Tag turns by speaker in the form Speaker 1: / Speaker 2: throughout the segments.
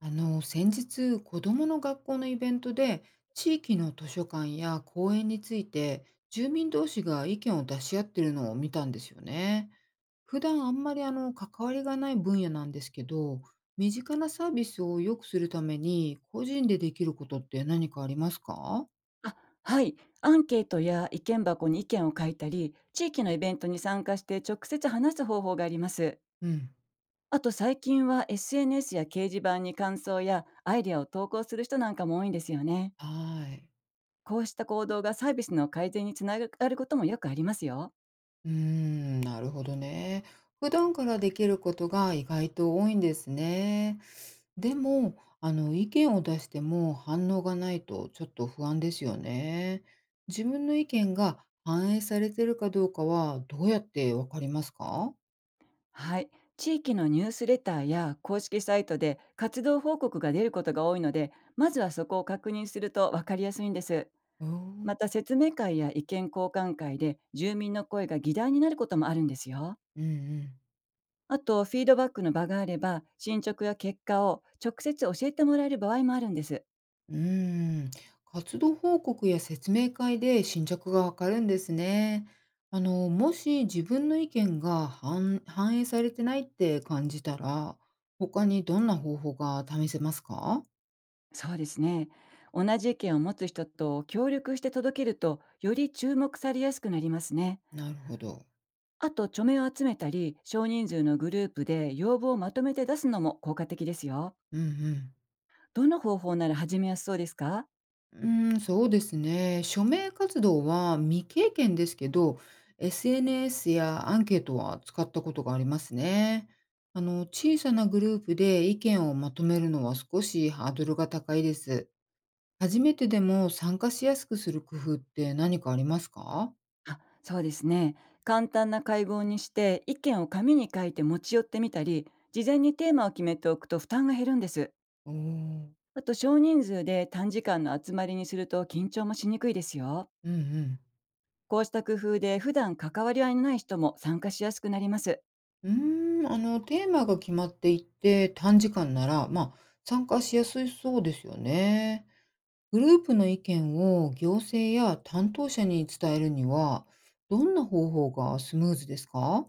Speaker 1: 先日、子供の学校のイベントで、地域の図書館や公園について、住民同士が意見を出し合ってるのを見たんですよね。普段あんまり関わりがない分野なんですけど、身近なサービスを良くするために、個人でできることって何かありますか？
Speaker 2: あ、はい。アンケートや意見箱に意見を書いたり、地域のイベントに参加して直接話す方法があります。
Speaker 1: うん。
Speaker 2: あと最近は SNS や掲示板に感想やアイデアを投稿する人なんかも多いんですよね。
Speaker 1: はい。
Speaker 2: こうした行動がサービスの改善につながることもよくありますよ。
Speaker 1: うーん、なるほどね。普段からできることが意外と多いんですね。でも、意見を出しても反応がないとちょっと不安ですよね。自分の意見が反映されてるかどうかはどうやってわかりますか？
Speaker 2: はい。地域のニュースレターや公式サイトで活動報告が出ることが多いので、まずはそこを確認するとわかりやすいんです。
Speaker 1: う
Speaker 2: ま
Speaker 1: ー、
Speaker 2: た説明会や意見交換会で住民の声が議題になることもあるんですよ。
Speaker 1: うんうん、
Speaker 2: あと、フィードバックの場があれば、進捗や結果を直接教えてもらえる場合もあるんです。
Speaker 1: うーん、活動報告や説明会で進捗がわかるんですね。もし自分の意見が反映されてないって感じたら、他にどんな方法が試せますか？
Speaker 2: そうですね。同じ意見を持つ人と協力して届けると、より注目されやすくなりますね。
Speaker 1: なるほど。
Speaker 2: あと、署名を集めたり、少人数のグループで要望をまとめて出すのも効果的ですよ。
Speaker 1: うんうん。
Speaker 2: どの方法なら始めやすそうですか？
Speaker 1: うーん、そうですね。署名活動は未経験ですけど、SNS やアンケートは使ったことがありますね。小さなグループで意見をまとめるのは少しハードルが高いです。初めてでも参加しやすくする工夫って何かありますか？
Speaker 2: あ、そうですね。簡単な会合にして意見を紙に書いて持ち寄ってみたり、事前にテーマを決めておくと負担が減るんです。
Speaker 1: うーん。
Speaker 2: あと少人数で短時間の集まりにすると緊張もしにくいですよ。
Speaker 1: うんうん。
Speaker 2: こうした工夫で普段関わり合いのない人も参加しやすくなります。
Speaker 1: うーん、テーマが決まっていて、短時間なら、まあ、参加しやすいそうですよね。グループの意見を行政や担当者に伝えるには、どんな方法がスムーズですか？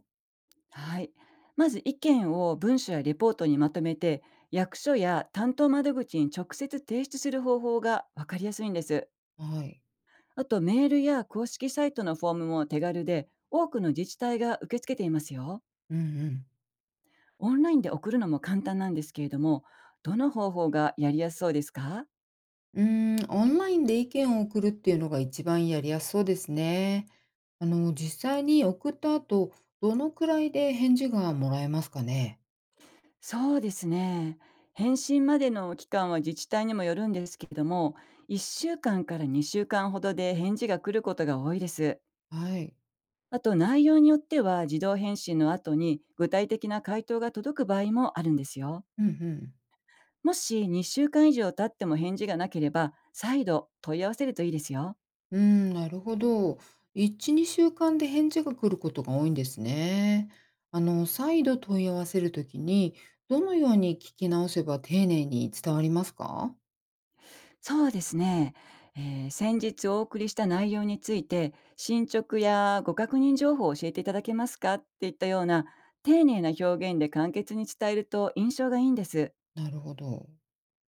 Speaker 2: はい。まず意見を文書やレポートにまとめて、役所や担当窓口に直接提出する方法がわかりやすいんです。
Speaker 1: はい。
Speaker 2: あとメールや公式サイトのフォームも手軽で、多くの自治体が受け付けていますよ。
Speaker 1: うんうん。
Speaker 2: オンラインで送るのも簡単なんですけれども、どの方法がやりやすそうですか？
Speaker 1: うーん、オンラインで意見を送るっていうのが一番やりやすそうですね。実際に送った後、どのくらいで返事がもらえますかね。
Speaker 2: そうですね。返信までの期間は自治体にもよるんですけれども、1週間かんから2週間ほどで返事が来ることが多いです。
Speaker 1: はい。
Speaker 2: あと内容によっては自動返信の後に具体的な回答が届く場合もあるんですよ。
Speaker 1: うんうん。
Speaker 2: もし2週間以上経っても返事がなければ、再度問い合わせるといいですよ。
Speaker 1: うーん、なるほど。1、2週間で返事が来ることが多いんですね。再度問い合わせるときに、どのように聞き直せば丁寧に伝わりますか？
Speaker 2: そうですね。先日お送りした内容について、進捗やご確認情報を教えていただけますかっていったような、丁寧な表現で簡潔に伝えると印象がいいんです。
Speaker 1: なるほど。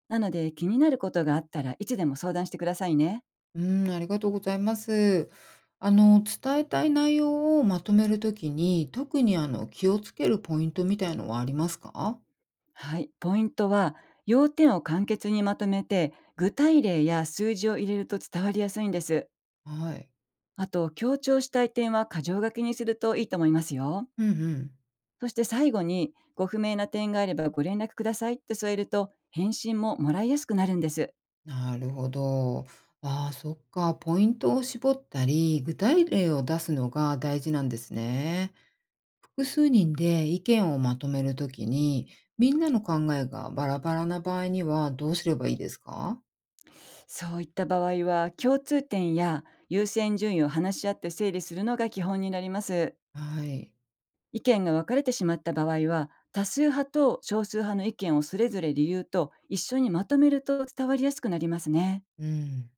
Speaker 2: なので、気になることがあったらいつでも相談してくださいね。
Speaker 1: うーん、ありがとうございます。伝えたい内容をまとめるときに、特に気をつけるポイントみたいのはありますか？
Speaker 2: はい。ポイントは、要点を簡潔にまとめて、具体例や数字を入れると伝わりやすいんです。
Speaker 1: はい。
Speaker 2: あと、強調したい点は箇条書きにするといいと思いますよ。
Speaker 1: うんうん。
Speaker 2: そして最後に、ご不明な点があればご連絡くださいって添えると、返信ももらいやすくなるんです。
Speaker 1: なるほど。ああ、そっか。ポイントを絞ったり、具体例を出すのが大事なんですね。複数人で意見をまとめるときに、みんなの考えがバラバラな場合にはどうすればいいですか？
Speaker 2: そういった場合は、共通点や優先順位を話し合って整理するのが基本になります。
Speaker 1: はい。
Speaker 2: 意見が分かれてしまった場合は、多数派と少数派の意見をそれぞれ理由と一緒にまとめると伝わりやすくなりますね。
Speaker 1: うん。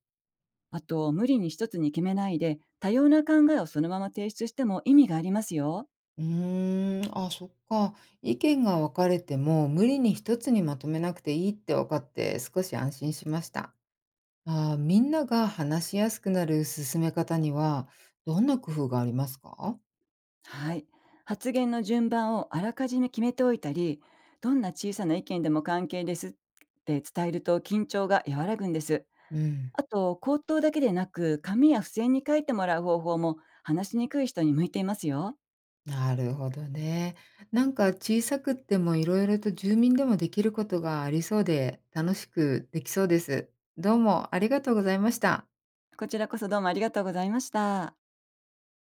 Speaker 2: あと、無理に一つに決めないで、多様な考えをそのまま提出しても意味がありますよ。
Speaker 1: うーん、あ、そっか。意見が分かれても、無理に一つにまとめなくていいって分かって、少し安心しました。あー、みんなが話しやすくなる進め方には、どんな工夫がありますか？
Speaker 2: はい。発言の順番をあらかじめ決めておいたり、どんな小さな意見でも関係ですって伝えると緊張が和らぐんです。
Speaker 1: うん。
Speaker 2: あと、口頭だけでなく、紙や付箋に書いてもらう方法も話しにくい人に向いていますよ。
Speaker 1: なるほどね。なんか小さくってもいろいろと住民でもできることがありそうで、楽しくできそうです。どうもありがとうございました。
Speaker 2: こちらこそどうもありがとうございました。